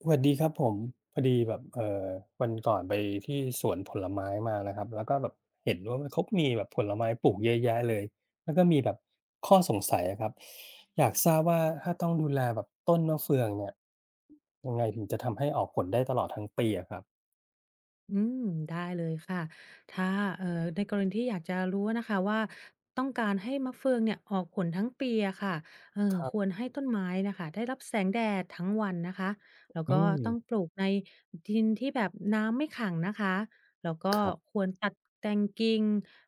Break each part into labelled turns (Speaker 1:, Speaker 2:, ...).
Speaker 1: สวัสดีครับผมพอดีแบบเอ่อวันก่อนไปที่สวนผลไม้มานะครับแล้วก็แบบเห็นว่ามนเขามีแบบผลไม้ปลูกเยอะแยะเลยแล้วก็มีแบบข้อสงสัยอะครับอยากทราบว่าถ้าต้องดูแลแบบต้นมะเฟืองเนี่ยยังไงถึงจะทำให้ออกผลได้ตลอดทั้งปีอะครับ
Speaker 2: อืมได้เลยค่ะถ้าเอ่อในกรณีที่อยากจะรู้นะคะว่าต้องการให้มะเฟืองเนี่ยออกผลทั้งปีอะค่ะเอ
Speaker 1: ค
Speaker 2: อ
Speaker 1: รั
Speaker 2: ควร
Speaker 1: บ
Speaker 2: ให้ต้นไม้นะคะได้รับแสงแดดทั้งวันนะคะแล้ว
Speaker 1: อื
Speaker 2: ก็ต้อง
Speaker 1: ม
Speaker 2: ปลูกในดินที่แบบน้ำไม่ขังนะคะแล้วก็
Speaker 1: ครับ
Speaker 2: ควรตัดแต่งกิ่ง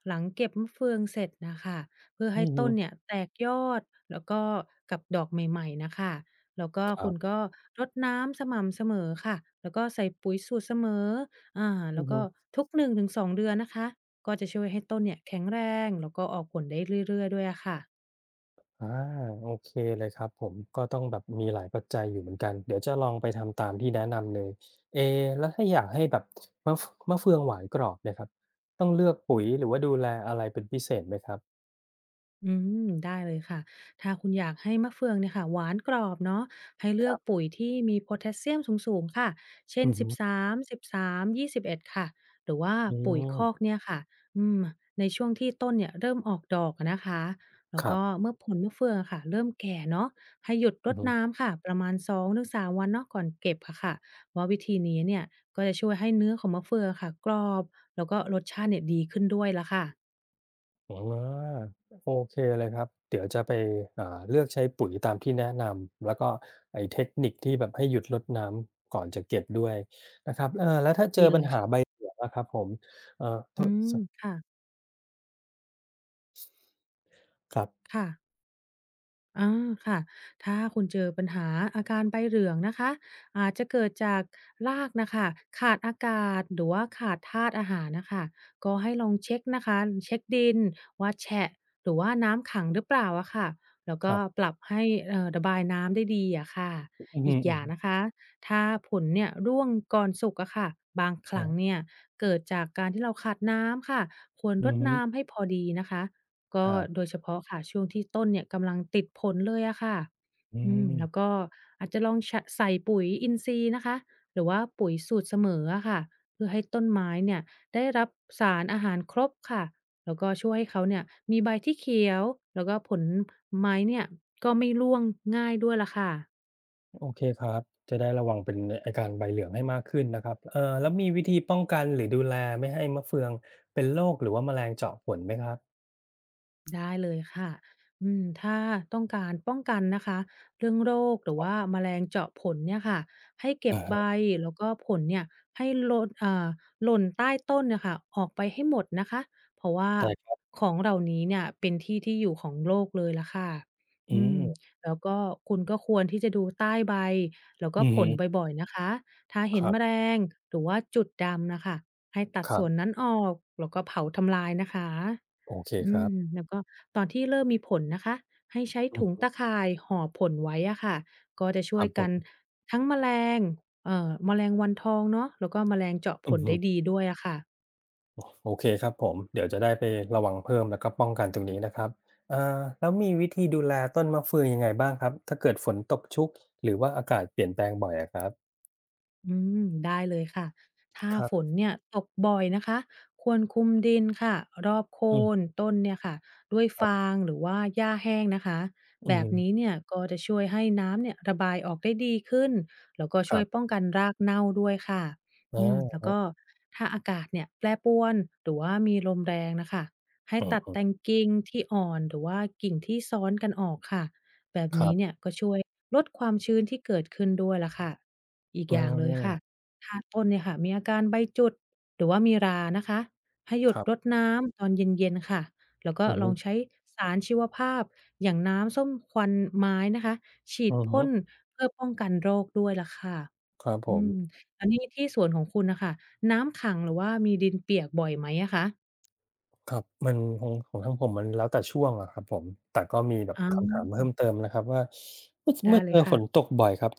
Speaker 2: หลังเก็บมะเฟืองเสร็จนะคะเพื่อ
Speaker 1: อื
Speaker 2: ให้
Speaker 1: อฮึ
Speaker 2: ต้นเนี่ยแตกยอดแล้วก็กับดอกใหม่ๆนะคะแล้วก็
Speaker 1: ครั
Speaker 2: คุณ
Speaker 1: บ
Speaker 2: ก็รดน้ำสม่ำเสมอค่ะแล้วก็ใส่ปุ๋ยสูตรเสมอ อา
Speaker 1: อื
Speaker 2: แล้
Speaker 1: อ
Speaker 2: ว
Speaker 1: ฮึ
Speaker 2: ก็ทุกหนึึ่งงถงสองเดือนนะคะก็จะช่วยให้ต้นเนี่ยแข็งแรงแล้วก็ออกผลได้เรื่อยๆด้วยอะค่ะ
Speaker 1: อาโอเคเลยครับผมก็ต้องแบบมีหลายปัจจัยอยู่เหมือนกันเดี๋ยวจะลองไปทำตามที่แนะนำเลยเอแล้วถ้าอยากให้แบบมะเฟมะเฟืองหวานกรอบเนี่ยครับต้องเลือกปุ๋ยหรือว่าดูแลอะไรเป็นพิเศษไหมครับ
Speaker 2: อืมได้เลยค่ะ ถ้าคุณอยากให้มะเฟืองเนี่ยค่ะหวานกรอบเนาะให้
Speaker 1: ค
Speaker 2: เลือ
Speaker 1: รั
Speaker 2: ก
Speaker 1: บ
Speaker 2: ปุ๋ยที่มีโพแทสเซียมสูงๆค่ะเช่น
Speaker 1: อือฮึ
Speaker 2: 13 13 21ค่ะหรือว่า
Speaker 1: อื
Speaker 2: ปุ๋ยคอก
Speaker 1: ม
Speaker 2: เนี่ยค่ะอืมในช่วงที่ต้นเนี่ยเริ่มออกดอกอะนะคะแล้
Speaker 1: ค
Speaker 2: ว
Speaker 1: รั
Speaker 2: ก็
Speaker 1: บ
Speaker 2: เมื่อผลมะเฟืองอะค่ะเริ่มแก่เนาะให้หยุดร
Speaker 1: อื
Speaker 2: ด
Speaker 1: ม
Speaker 2: น้ำค่ะประมาณ2-3วันเนาะก่อนเก็บอะค่ะว่าวิธีนี้เนี่ยก็จะช่วยให้เนื้อของมะเฟืองอะค่ะกรอบแล้วก็รสชาติเนี่ยดีขึ้นด้วยล่ะค่ะ
Speaker 1: อ๋อโอเคเลยครับเดี๋ยวจะไปอ่าเลือกใช้ปุ๋ยตามที่แนะนำแล้วก็ไอ้เทคนิคที่แบบให้หยุดรดน้ำก่อนจะเก็บด้วยนะครับเออแล้วถ้าเจ
Speaker 2: ดี
Speaker 1: อ
Speaker 2: เล
Speaker 1: ปัญ
Speaker 2: ย
Speaker 1: หา
Speaker 2: ค่ะ
Speaker 1: ใบเหลืองนะครับผมเออโท
Speaker 2: อืม
Speaker 1: ษ
Speaker 2: ค่ะ
Speaker 1: ครับ
Speaker 2: ค่ะ อาค่ะถ้าคุณเจอปัญหาอาการใบเหลืองนะคะอาจจะเกิดจากรากนะคะขาดอากาศหรือว่าขาดธาตุอาหารนะคะก็ให้ลองเช็กนะคะเช็คดินว่าแฉะหรือว่าน้ำขังหรือเปล่าอะค่ะแล้ว
Speaker 1: ค
Speaker 2: ก็
Speaker 1: รับ
Speaker 2: ปรับให้ระบายน้ำได้ดีอะค่ะ
Speaker 1: อือฮึ
Speaker 2: อีก
Speaker 1: อื
Speaker 2: อ
Speaker 1: อ
Speaker 2: ย่าง
Speaker 1: ฮึ
Speaker 2: นะคะถ้าผลเนี่ยร่วงก่อนสุกอะค่ะบางค
Speaker 1: ครั
Speaker 2: รั้ง
Speaker 1: บ
Speaker 2: เนี่ยเกิดจากการที่เราขาดน้ำค่ะควร
Speaker 1: อื
Speaker 2: ร
Speaker 1: อ
Speaker 2: ด
Speaker 1: ฮึ
Speaker 2: น้ำให้พอดีนะคะ
Speaker 1: ค
Speaker 2: ก็
Speaker 1: รั
Speaker 2: โด
Speaker 1: บ
Speaker 2: ยเฉพาะค่ะช่วงที่ต้นเนี่ยกำลังติดผลเลยอะค่ะ
Speaker 1: อื
Speaker 2: อืม
Speaker 1: ม
Speaker 2: แล้วก็อาจจะลองชะใส่ปุ๋ยอินทรีย์นะคะหรือว่าปุ๋ยสูตรเสมออะค่ะเพื่อให้ต้นไม้เนี่ยได้รับสารอาหารครบค่ะแล้วก็ช่วยให้เขาเนี่ยมีใบที่เขียวแล้วก็ผลไม้เนี่ยก็ไม่ร่วงง่ายด้วยล่ะค่ะ
Speaker 1: โอเคครับจะได้ระวังเป็นไอาการใบเหลืองให้มากขึ้นนะครับเอ่อแล้วมีวิธีป้องกันหรือดูแลไม่ให้มะเฟืองเป็นโรคหรือว่าแมลงเจาะผลไหมครับ
Speaker 2: ได้เลยค่ะอืมถ้าต้องการป้องกันนะคะเรื่องโรคหรือว่าแมลงเจาะผลเนี่ยค่ะให้เก็บ
Speaker 1: อะ
Speaker 2: ใบ
Speaker 1: ฮะ
Speaker 2: แล้วก็ผลเนี่ยให้ลดหล่นใต้ต้นนะคะออกไปให้หมดนะคะเพราะว่า
Speaker 1: ได้ครับ
Speaker 2: ของเหล่านี้เนี่ยเป็นที่ที่อยู่ของโรคเลยละค่ะ
Speaker 1: อื
Speaker 2: อืม
Speaker 1: ม
Speaker 2: แล้วก็คุณก็ควรที่จะดูใต้ใบแล้วก็
Speaker 1: อือ
Speaker 2: ผ
Speaker 1: ฮึ
Speaker 2: ลบ่อยๆนะคะถ้า
Speaker 1: ค
Speaker 2: เห็น
Speaker 1: รั
Speaker 2: แมล
Speaker 1: บ
Speaker 2: งหรือว่าจุดดำนะคะให้ตัด
Speaker 1: ครั
Speaker 2: ส่วน
Speaker 1: บ
Speaker 2: นั้นออกแล้วก็เผาทำลายนะคะ
Speaker 1: โอเคค
Speaker 2: อื
Speaker 1: รั
Speaker 2: ม
Speaker 1: บ
Speaker 2: แล้วก็ตอนที่เริ่มมีผลนะคะให้ใช้
Speaker 1: อื
Speaker 2: ถุง
Speaker 1: ม
Speaker 2: ตะข่ายห่อผลไว้อะค่ะก็จะ
Speaker 1: ค
Speaker 2: ช่ว
Speaker 1: รั
Speaker 2: ย
Speaker 1: บผ
Speaker 2: กัน
Speaker 1: ม
Speaker 2: ทั้งแมลงแมลงวันทองเนาะแล้วก็แมลงเจาะผ
Speaker 1: อือ
Speaker 2: ล
Speaker 1: ฮึ
Speaker 2: ได้ดีด้วยอะค่ะ
Speaker 1: โอเคครับผมเดี๋ยวจะได้ไประวังเพิ่มแล้วก็ป้องกันตรงนี้นะครับเอ่อแล้วมีวิธีดูแลต้นมะเฟืองยังไงบ้างครับถ้าเกิดฝนตกชุกหรือว่าอากาศเปลี่ยนแปลงบ่อยอะครับ
Speaker 2: อืมได้เลยค่ะถ้า
Speaker 1: ครั
Speaker 2: ฝน
Speaker 1: บ
Speaker 2: เนี่ยตกบ่อยนะคะควรคลุมดินค่ะรอบโค
Speaker 1: อื
Speaker 2: น
Speaker 1: ม
Speaker 2: ต้นเนี่ยค่ะด้วย
Speaker 1: ครับ
Speaker 2: ฟางหรือว่าหญ้าแห้งนะคะ
Speaker 1: อื
Speaker 2: แบบ
Speaker 1: ม
Speaker 2: นี้เนี่ยก็จะช่วยให้น้ำเนี่ยระบายออกได้ดีขึ้นแล้วก็
Speaker 1: ค
Speaker 2: ช่
Speaker 1: รั
Speaker 2: วยป้
Speaker 1: บ
Speaker 2: องกันรากเน่าด้วยค่ะ
Speaker 1: อ
Speaker 2: อืมแล้
Speaker 1: า
Speaker 2: วก็ถ้าอากาศเนี่ยแปรปรวนหรือว่ามีลมแรงนะคะให้
Speaker 1: อือ
Speaker 2: ตัด
Speaker 1: ฮึ
Speaker 2: แต่งกิ่งที่อ่อนหรือว่ากิ่งที่ซ้อนกันออกค่ะ แบบ
Speaker 1: ครั
Speaker 2: นี้เนี่
Speaker 1: บ
Speaker 2: ยก็ช่วยลดความชื้นที่เกิดขึ้นด้วยล่ะค่ะอีก
Speaker 1: อ
Speaker 2: อย่างเลยค่ะ
Speaker 1: า
Speaker 2: ถ้าต้นเนี่ยค่ะมีอาการใบจุดหรือว่ามีรานะคะให้ห
Speaker 1: ค
Speaker 2: ยุด
Speaker 1: รั
Speaker 2: รด
Speaker 1: บ
Speaker 2: น้ำตอนเย็นๆค่ะแล้วก็
Speaker 1: อือ
Speaker 2: ล
Speaker 1: ฮึ
Speaker 2: องใช้สารชีวภาพอย่างน้ำส้มควันไม้นะคะฉี
Speaker 1: อื
Speaker 2: ด
Speaker 1: อฮึ
Speaker 2: พ่นเพื่อป้องกันโรคด้วยล่ะค่ะ
Speaker 1: ครับผ
Speaker 2: อื
Speaker 1: ม
Speaker 2: มอันนี้ที่สวนของคุณนะคะน้ำขังหรือว่ามีดินเปียกบ่อยไหมอะคะ
Speaker 1: ครับมันของทางผมมันแล้วแต่ช่วงอะครับผมแต่ก็มีแบบ
Speaker 2: อ๋
Speaker 1: คำถามเพิ่
Speaker 2: อ
Speaker 1: มเติมนะครับว่าเมื่อ
Speaker 2: ได้
Speaker 1: เมื่อ
Speaker 2: เล
Speaker 1: เจ
Speaker 2: ย
Speaker 1: อฝ
Speaker 2: ค่ะ
Speaker 1: นตกบ่อยครับ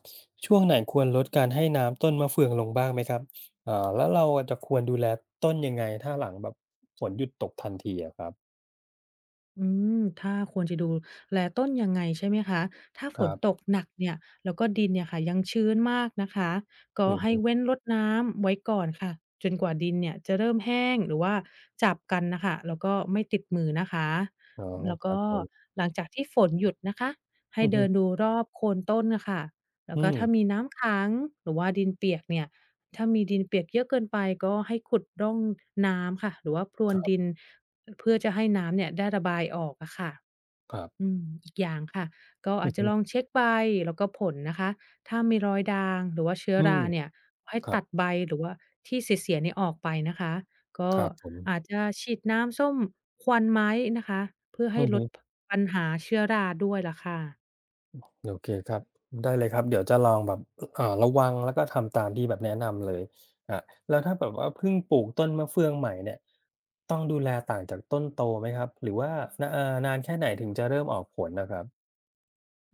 Speaker 1: ช่วงไหนควรลดการให้น้ำต้นมะเฟืองลงบ้างไหมครับอ่าแล้วเราอะจะควรดูแลต้นยังไงถ้าหลังแบบฝนหยุดตกทันทีอะครับ
Speaker 2: อืมถ้าควรจะดูแลต้นยังไงใช่ไหมคะถ้า
Speaker 1: ค
Speaker 2: ฝ
Speaker 1: รั
Speaker 2: นตก
Speaker 1: บ
Speaker 2: หนักเนี่ยแล้วก็ดินเนี่ยค่ะยังชื้นมากนะคะก็
Speaker 1: อือ
Speaker 2: ให้
Speaker 1: ฮึ
Speaker 2: เว้นรดน้ำไว้ก่อนค่ะจนกว่าดินเนี่ยจะเริ่มแห้งหรือว่าจับกันนะคะแล้วก็ไม่ติดมือนะคะ
Speaker 1: อ๋อ
Speaker 2: แล้ว
Speaker 1: ครั
Speaker 2: ก็
Speaker 1: บผม
Speaker 2: หลังจากที่ฝนหยุดนะคะให้
Speaker 1: อือฮึ
Speaker 2: เดินดูรอบโคนต้นนะค่ะแล้
Speaker 1: อื
Speaker 2: วก็
Speaker 1: ม
Speaker 2: ถ้ามีน้ำค้างหรือว่าดินเปียกเนี่ยถ้ามีดินเปียกเยอะเกินไปก็ให้ขุดร่องน้ำค่ะหรือว่าพรว
Speaker 1: ค
Speaker 2: นดิน
Speaker 1: ร
Speaker 2: เพื่อจะให้น้ำเนี่ยได้ระบายออกอะค่ะ
Speaker 1: ับๆ
Speaker 2: อืมอีกอย่างค่ะ ก็
Speaker 1: อื
Speaker 2: อา
Speaker 1: อ
Speaker 2: จจะ
Speaker 1: ฮึ
Speaker 2: ลองเช็คใบแล้วก็ผลนะคะ ถ้ามีรอยด่างหรือว่าเชื้อ
Speaker 1: อืม
Speaker 2: ราเนี่ยให้
Speaker 1: ครับ
Speaker 2: ตัดใบหรือว่าที่เสียๆเนี่ยออกไปนะคะ ก็
Speaker 1: ครับผ
Speaker 2: อาจ
Speaker 1: ม
Speaker 2: จะฉีดน้ำส้มควันไม้นะคะเพื่อ
Speaker 1: อื
Speaker 2: ให้
Speaker 1: อ
Speaker 2: ล
Speaker 1: ฮึ
Speaker 2: ดปัญหาเชื้อราด้วยล่ะค่ะ
Speaker 1: โอเคครับได้เลยครับเดี๋ยวจะลองแบบเอ่อระวังแล้วก็ทำตามที่แบบแนะนำเลยอ่าแล้วถ้าแบบว่าเพิ่งปลูกต้นมะเฟืองใหม่เนี่ยต้องดูแลต่างจากต้นโตไหมครับหรือว่านเอ่อนานแค่ไหนถึงจะเริ่มออกผลน่ะครับ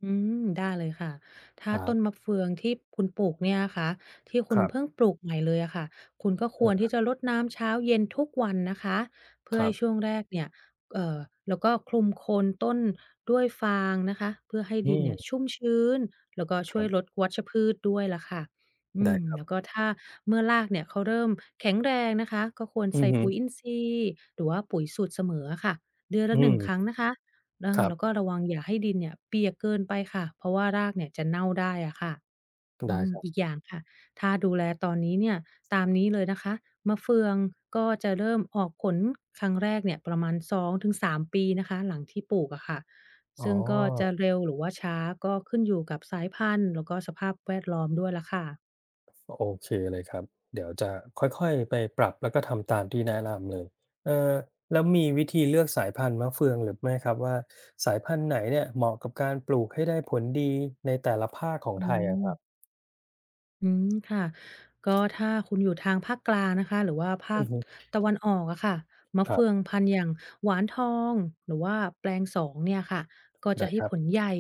Speaker 2: อืมได้เลยค่ะ ถ้า
Speaker 1: ครั
Speaker 2: ต้น
Speaker 1: บ
Speaker 2: มะเฟืองที่คุณปลูกเนี่ยนะคะที่
Speaker 1: ค
Speaker 2: คุณ
Speaker 1: รั
Speaker 2: เพิ่ง
Speaker 1: บ
Speaker 2: ปลูกใหม่เลยอะค่ะคุณก็ค
Speaker 1: เอ
Speaker 2: วรที่
Speaker 1: อ
Speaker 2: จะรดน้ำเช้าเย็นทุกวันนะคะเพื่
Speaker 1: ค
Speaker 2: อ
Speaker 1: รั
Speaker 2: ให้ช่
Speaker 1: บ
Speaker 2: วงแรกเนี่ยเอ่อแล้วก็คลุมโคนต้นด้วยฟางนะคะเพื่อให้
Speaker 1: อื
Speaker 2: ดินเนี่ย
Speaker 1: ม
Speaker 2: ชุ่มชื้นแล้วก็
Speaker 1: ค
Speaker 2: ช่ว
Speaker 1: รั
Speaker 2: ยลด
Speaker 1: บ
Speaker 2: วัชพืชด้วยล่ะค่ะอื
Speaker 1: ได้
Speaker 2: ม
Speaker 1: ครั
Speaker 2: แล้ว
Speaker 1: บ
Speaker 2: ก็ถ้าเมื่อรากเนี่ยเขาเริ่มแข็งแรงนะคะก็ควร
Speaker 1: อือ
Speaker 2: ใส่
Speaker 1: ฮึ
Speaker 2: ปุ๋ยอินทรีย์หรือว่าปุ๋ยสูตรเสมออะค่ะเดือนละ
Speaker 1: อื
Speaker 2: หนึ่ง
Speaker 1: ม
Speaker 2: ครั้งนะคะ
Speaker 1: ครั
Speaker 2: แล้วก็
Speaker 1: บ
Speaker 2: ระวังอย่าให้ดินเนี่ยเปียกเกินไปค่ะเพราะว่ารากเนี่ยจะเน่าได้อะค่ะอื
Speaker 1: ได้
Speaker 2: ม
Speaker 1: ครั
Speaker 2: อีก
Speaker 1: บ
Speaker 2: อย่างค่ะถ้าดูแลตอนนี้เนี่ยตามนี้เลยนะคะมะเฟืองก็จะเริ่มออกผลครั้งแรกเนี่ยประมาณ2-3ปีนะคะหลังที่ปลูกอะค่ะ
Speaker 1: อ๋อ
Speaker 2: ซึ่งก็จะเร็วหรือว่าช้าก็ขึ้นอยู่กับสายพันธุ์แล้วก็สภาพแวดล้อมด้วยล่ะค่ะ
Speaker 1: โอเคเลยครับเดี๋ยวจะค่อยๆไปปรับแล้วก็ทำตามที่แนะนำเลยเออแล้วมีวิธีเลือกสายพันธุ์มะเฟืองหรือไม่ครับว่าสายพันธุ์ไหนเนี่ยเหมาะกับการปลูกให้ได้ผลดีในแต่ละภาคของ
Speaker 2: อื
Speaker 1: ไทยอะค
Speaker 2: ม
Speaker 1: รับ
Speaker 2: อืมค่ะก็ถ้าคุณอยู่ทางภาคกลางนะคะหรือว่าภา
Speaker 1: อื
Speaker 2: ค
Speaker 1: อฮึ
Speaker 2: ตะวันออกอะค่ะมะ
Speaker 1: ครั
Speaker 2: เฟือง
Speaker 1: บ
Speaker 2: พันธุ์อย่างหวานทองหรือว่าแปลงสองเนี่ยค่ะก็จะ
Speaker 1: ได้ค
Speaker 2: ให้
Speaker 1: รับ
Speaker 2: ผลใหญ่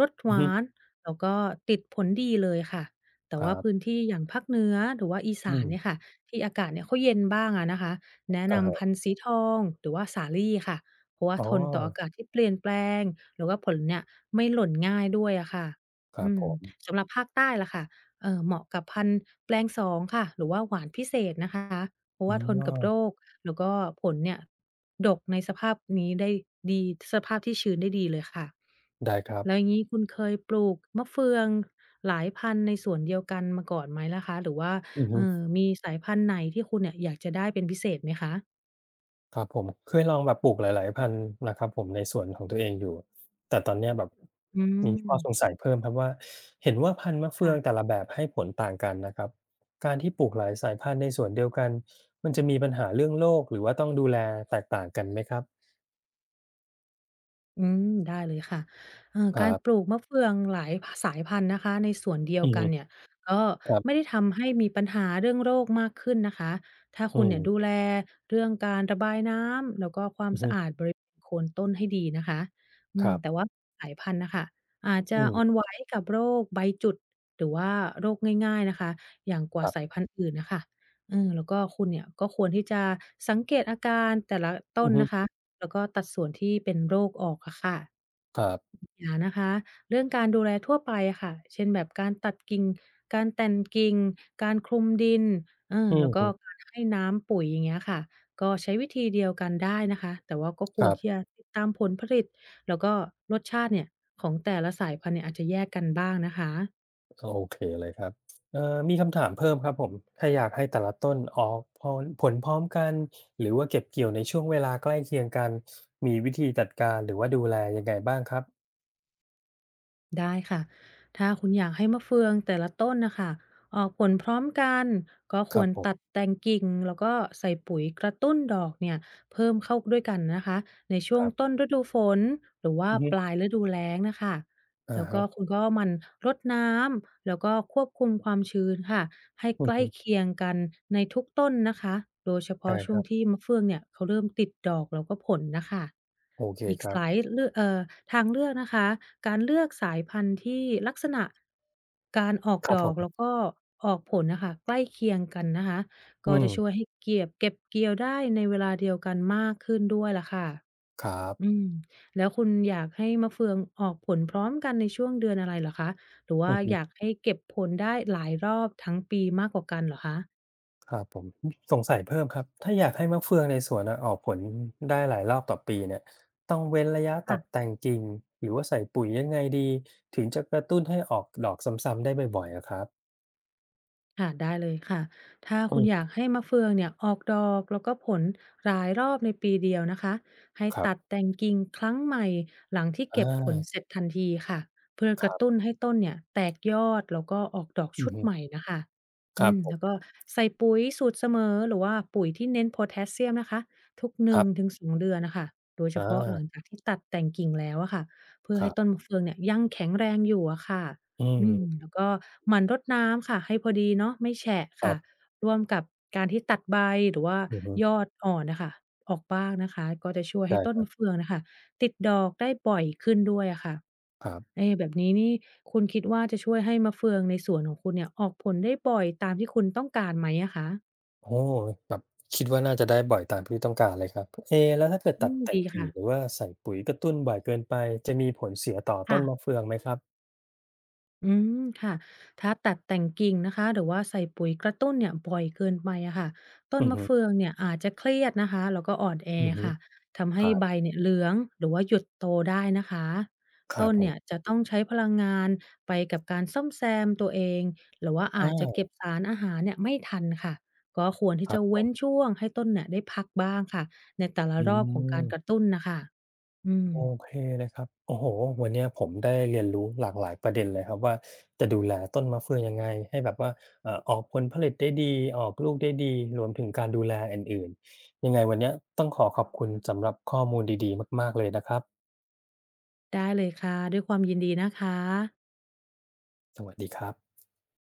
Speaker 2: รสห
Speaker 1: อือฮึ
Speaker 2: วานแล้วก็ติดผลดีเลยค่ะแต่
Speaker 1: ครั
Speaker 2: ว่าพื้น
Speaker 1: บ
Speaker 2: ที่อย่างภาคเหนือหรือว่าอี
Speaker 1: อื
Speaker 2: สาน
Speaker 1: ม
Speaker 2: เนี่ยค่ะที่อากาศเนี่ยเขาเย็นบ้างอะนะคะแนะ
Speaker 1: อาฮะ
Speaker 2: นำพันธุ์สีทองหรือว่าสาลี่ค่ะเพราะว่า
Speaker 1: อ๋อ
Speaker 2: ทนต่ออากาศที่เปลี่ยนแปลงหรือว่าผลเนี่ยไม่หล่นง่ายด้วยอะค่ะ
Speaker 1: ครับ
Speaker 2: อื
Speaker 1: ผ
Speaker 2: ม
Speaker 1: ม
Speaker 2: สำหรับภาคใต้ล่ะค่ะ เหมาะกับพันธุ์แปลงสองค่ะหรือว่าหวานพิเศษนะคะเพราะ
Speaker 1: อ๋
Speaker 2: ว่าทนกับโร
Speaker 1: อ
Speaker 2: คแล้วก็ผลเนี่ยดกในสภาพนี้ได้ดีสภาพที่ชื้นได้ดีเลยค่ะ
Speaker 1: ได้ครับ
Speaker 2: แล้วอย่างงี้คุณเคยปลูกมะเฟืองหลายพันธุ์ในสวนเดียวกันมาก่อนไหมล่ะคะหรือว่า
Speaker 1: อือฮึ
Speaker 2: มีสายพันธุ์ไหนที่คุณเนี่ยอยากจะได้เป็นพิเศษไหมคะ
Speaker 1: ครับผมเคยลองแบบปลูกหลายๆพันธุ์นะครับผมในสวนของตัวเองอยู่แต่ตอนเนี้ยแบบ
Speaker 2: อื
Speaker 1: มีข้อส
Speaker 2: ม
Speaker 1: งสัยเพิ่มครับว่าเห็นว่าพันธุ์มะเฟืองแต่
Speaker 2: ค่ะ
Speaker 1: ละแบบให้ผลต่างกันนะครับการที่ปลูกหลายสายพันธุ์ในสวนเดียวกันมันจะมีปัญหาเรื่องโรคหรือว่าต้องดูแลแตกต่างกันไหมครับ
Speaker 2: อืมได้เลยค่ะ
Speaker 1: ครั
Speaker 2: การปลู
Speaker 1: บ
Speaker 2: กมะเฟืองหลายพสายพันธุ์นะคะในสวนเดีย
Speaker 1: อื
Speaker 2: ว
Speaker 1: อ
Speaker 2: กั
Speaker 1: ฮึ
Speaker 2: นเนี่ยก็
Speaker 1: ครั
Speaker 2: ไม่
Speaker 1: บ
Speaker 2: ได้ทำให้มีปัญหาเรื่องโรคมากขึ้นนะคะ ถ้าคุ
Speaker 1: อื
Speaker 2: ณเนี่ยดู
Speaker 1: ม
Speaker 2: แลเรื่องการระบายน้ำแล้วก็ความ
Speaker 1: อือฮึ
Speaker 2: สะอาดบริเวณโคนต้นให้ดีนะคะอื
Speaker 1: ค
Speaker 2: ม
Speaker 1: รับ
Speaker 2: แต่ว่าสายพันธุ์น่ะค่ะอาจจะ
Speaker 1: อื
Speaker 2: อ่อน
Speaker 1: ม
Speaker 2: ไหวกับโรคใบจุดหรือว่าโรคง่ายๆนะคะ อย่างก
Speaker 1: ค
Speaker 2: ว่า
Speaker 1: รั
Speaker 2: สาย
Speaker 1: บ
Speaker 2: พันธุ์อื่นน่ะค่ะเออแล้วก็คุณเนี่ยก็ควรที่จะสังเกตอาการแต่ละต้
Speaker 1: อื
Speaker 2: น
Speaker 1: อฮึ
Speaker 2: นะคะ แล้วก็ตัดส่วนที่เป็นโรคออกอะค่ะ
Speaker 1: ครับ
Speaker 2: อย่านะคะเรื่องการดูแลทั่วไปอะค่ะเช่นแบบการตัดกิ่ง การแต่งกิ่ง การคลุมดินเออ
Speaker 1: อือ
Speaker 2: แล้วก็
Speaker 1: ฮึ
Speaker 2: การให้น้ำปุ๋ยอย่างเงี้ยค่ะก็ใช้วิธีเดียวกันได้นะคะแต่ว่าก็ค
Speaker 1: ค
Speaker 2: วร
Speaker 1: รับ
Speaker 2: ที่จะติดตามผลผลิต แล้วก็รสชาติเนี่ยของแต่ละสายพันธุ์เนี่ยอาจจะแยกกันบ้างนะคะ
Speaker 1: โอเคเลยครับเอ่อมีคำถามเพิ่มครับผม ถ้าอยากให้แต่ละต้นออกพอผลพร้อมกันหรือว่าเก็บเกี่ยวในช่วงเวลาใกล้เคียงกันมีวิธีจัดการหรือว่าดูแลยังไงบ้างครับ
Speaker 2: ได้ค่ะ ถ้าคุณอยากให้มะเฟืองแต่ละต้นนะคะออกผลพร้อมกันก็
Speaker 1: ค
Speaker 2: ค
Speaker 1: รั
Speaker 2: ว
Speaker 1: บ
Speaker 2: ร
Speaker 1: ผ
Speaker 2: ตัด
Speaker 1: ม
Speaker 2: แต่งกิ่งแล้วก็ใส่ปุ๋ยกระตุ้นดอกเนี่ยเพิ่มเข้าด้วยกันนะคะในช่
Speaker 1: ค
Speaker 2: วง
Speaker 1: รั
Speaker 2: ต้
Speaker 1: บ
Speaker 2: นฤดูฝนหรือว่า
Speaker 1: อือฮึ
Speaker 2: ปลายฤดูแล้งนะคะ
Speaker 1: อะ
Speaker 2: แล้วก็
Speaker 1: ฮะ
Speaker 2: คุณก็หมันรดน้ำแล้วก็ควบคุมความชื้นค่ะ ให้
Speaker 1: อื
Speaker 2: ใก
Speaker 1: อ
Speaker 2: ล้
Speaker 1: ฮึ
Speaker 2: เคียงกันในทุกต้นนะคะโดยเฉพาะ
Speaker 1: ได้ค
Speaker 2: ช่วง
Speaker 1: รับ
Speaker 2: ที่มะเฟืองเนี่ยเขาเริ่มติดดอกแล้วก็ผลนะคะ
Speaker 1: โอเค
Speaker 2: อีก
Speaker 1: ครับ
Speaker 2: สายเลือกทางเลือกนะคะการเลือกสายพันธุ์ที่ลักษณะการออก
Speaker 1: ครับ
Speaker 2: ด
Speaker 1: ผ
Speaker 2: อก
Speaker 1: ม
Speaker 2: แล้วก็ออกผลนะคะใกล้เคียงกันนะคะ
Speaker 1: อื
Speaker 2: ก็จะช่วย
Speaker 1: ม
Speaker 2: ให้เกียบเก็บเกี่ยวได้ในเวลาเดียวกันมากขึ้นด้วยล่ะค่ะ
Speaker 1: ครั
Speaker 2: อื
Speaker 1: บ
Speaker 2: มแล้วคุณอยากให้มะเฟืองออกผลพร้อมกันในช่วงเดือนอะไรเหรอคะหรือ
Speaker 1: อื
Speaker 2: ว่า
Speaker 1: อ
Speaker 2: อยา
Speaker 1: ฮึ
Speaker 2: กให้เก็บผลได้หลายรอบทั้งปีมากกว่ากันเหรอคะ
Speaker 1: ครับผมสงสัยเพิ่มครับถ้าอยากให้มะเฟืองในสวนอะออกผลได้หลายรอบต่อปีเนี่ยต้องเว้นระยะตัดแต่งกิ่งหรือว่าใส่ปุ๋ยยังไงดีถึงจะกระตุ้นให้ออกดอกซ้ำๆได้บ่อยๆอะครับ
Speaker 2: ค่ะได้เลยค่ะถ้า
Speaker 1: อื
Speaker 2: คุณอยา
Speaker 1: ม
Speaker 2: กให้มะเฟืองเนี่ยออกดอกแล้วก็ผลหลายรอบในปีเดียวนะคะให้
Speaker 1: ครั
Speaker 2: ตัด
Speaker 1: บ
Speaker 2: แต่งกิ่งครั้งใหม่หลังที่
Speaker 1: อา
Speaker 2: เก็บผลเสร็จทันทีค่ะเพื่อ
Speaker 1: ค
Speaker 2: กระ
Speaker 1: รั
Speaker 2: ตุ้น
Speaker 1: บ
Speaker 2: ให้ต้นเนี่ยแตกยอดแล้วก็ออกดอก
Speaker 1: อื
Speaker 2: ชุด
Speaker 1: ม
Speaker 2: ใหม่นะคะ
Speaker 1: ค
Speaker 2: อื
Speaker 1: รับ
Speaker 2: ม
Speaker 1: ผ
Speaker 2: แล้ว
Speaker 1: ม
Speaker 2: ก็ใส่ปุ๋ยสูตรเสมอหรือว่าปุ๋ยที่เน้นโพแทสเซียมนะคะทุกห
Speaker 1: ค
Speaker 2: นึ่
Speaker 1: รั
Speaker 2: งถึ
Speaker 1: บ
Speaker 2: งสองเดือนนะคะโดยเฉ
Speaker 1: อา
Speaker 2: พาะหลังจากที่ตัดแต่งกิ่งแล้วอะค่ะเพื่อ
Speaker 1: ครั
Speaker 2: ให้ต้น
Speaker 1: บ
Speaker 2: มะเฟืองเนี่ยยังแข็งแรงอยู่อะค่ะ
Speaker 1: อืม
Speaker 2: อืมแล้วก็หมั่นรดน้ำค่ะให้พอดีเนาะไม่แฉะ
Speaker 1: ครั
Speaker 2: ค่ะ
Speaker 1: บ
Speaker 2: ร่วมกับการที่ตัดใบหรือว่า
Speaker 1: อืม
Speaker 2: ยอดอ่อนน่ะค่ะออกบ้างนะคะก็จะช่วยให้
Speaker 1: ได้
Speaker 2: ต้
Speaker 1: ค
Speaker 2: น
Speaker 1: รั
Speaker 2: มะ
Speaker 1: บ
Speaker 2: เฟืองน่ะค่ะติดดอกได้บ่อยขึ้นด้วยอะค่ะ
Speaker 1: ครับ
Speaker 2: เอ๊แบบนี้นี่คุณคิดว่าจะช่วยให้มะเฟืองในสวนของคุณเนี่ยออกผลได้บ่อยตามที่คุณต้องการไหมอะคะ
Speaker 1: โอ้ยแบบคิดว่าน่าจะได้บ่อยตามที่ต้องการเลยครับเอแล้วถ้าเกิด
Speaker 2: อื
Speaker 1: ตัด
Speaker 2: ม
Speaker 1: แต่ง
Speaker 2: ดี
Speaker 1: กิ่งหรือ
Speaker 2: ค่ะ
Speaker 1: ว่าใส่ปุ๋ยกระตุ้นบ่อยเกินไปจะมีผลเสียต่อต้
Speaker 2: ค่ะ
Speaker 1: นมะเฟืองไหมครับ
Speaker 2: อืมค่ะถ้าตัดแต่งกิ่งนะคะหรือว่าใส่ปุ๋ยกระตุ้นเนี่ยบ่อยเกินไปอะค่ะต้
Speaker 1: อื
Speaker 2: น
Speaker 1: ม
Speaker 2: มะ
Speaker 1: อ
Speaker 2: เฟืองเนี่ยอาจจะเครียดนะคะแล้วก็อ่อนแอ
Speaker 1: หืึ
Speaker 2: ค่ะทำ
Speaker 1: ค
Speaker 2: ให้
Speaker 1: รับ
Speaker 2: ใบเนี่ยเหลืองหรือว่าหยุดโตได้นะคะ
Speaker 1: ครั
Speaker 2: ต้
Speaker 1: บ
Speaker 2: น
Speaker 1: ผม
Speaker 2: เนี่ยจะต้องใช้พลังงานไปกับการซ่อมแซมตัวเองหรือว่าอาจจะเก็
Speaker 1: อา
Speaker 2: บสารอาหารเนี่ยไม่ทันค่ะก็ควร
Speaker 1: ค
Speaker 2: ที่
Speaker 1: รั
Speaker 2: จะ
Speaker 1: บ
Speaker 2: เว้นช่วงให้ต้นเนี่ยได้พักบ้างค่ะในแต่ละ
Speaker 1: อื
Speaker 2: รอบของการ
Speaker 1: ม
Speaker 2: กระตุ้นนะคะอืม
Speaker 1: โอเคเลยครับโอ้โฮวันเนี้ยผมได้เรียนรู้หลากหลายประเด็นเลยครับว่าจะดูแลต้นมะเฟืองยังไงให้แบบว่าเอ่อออกผลผลิตได้ดีออกลูกได้ดีรวมถึงการดูแลอื่นๆยังไงวันเนี้ยต้องขอขอบคุณสำหรับข้อมูลดีๆมากๆเลยนะครับ
Speaker 2: ได้เลยค่ะด้วยความยินดีนะคะ
Speaker 1: สวัสดีครับ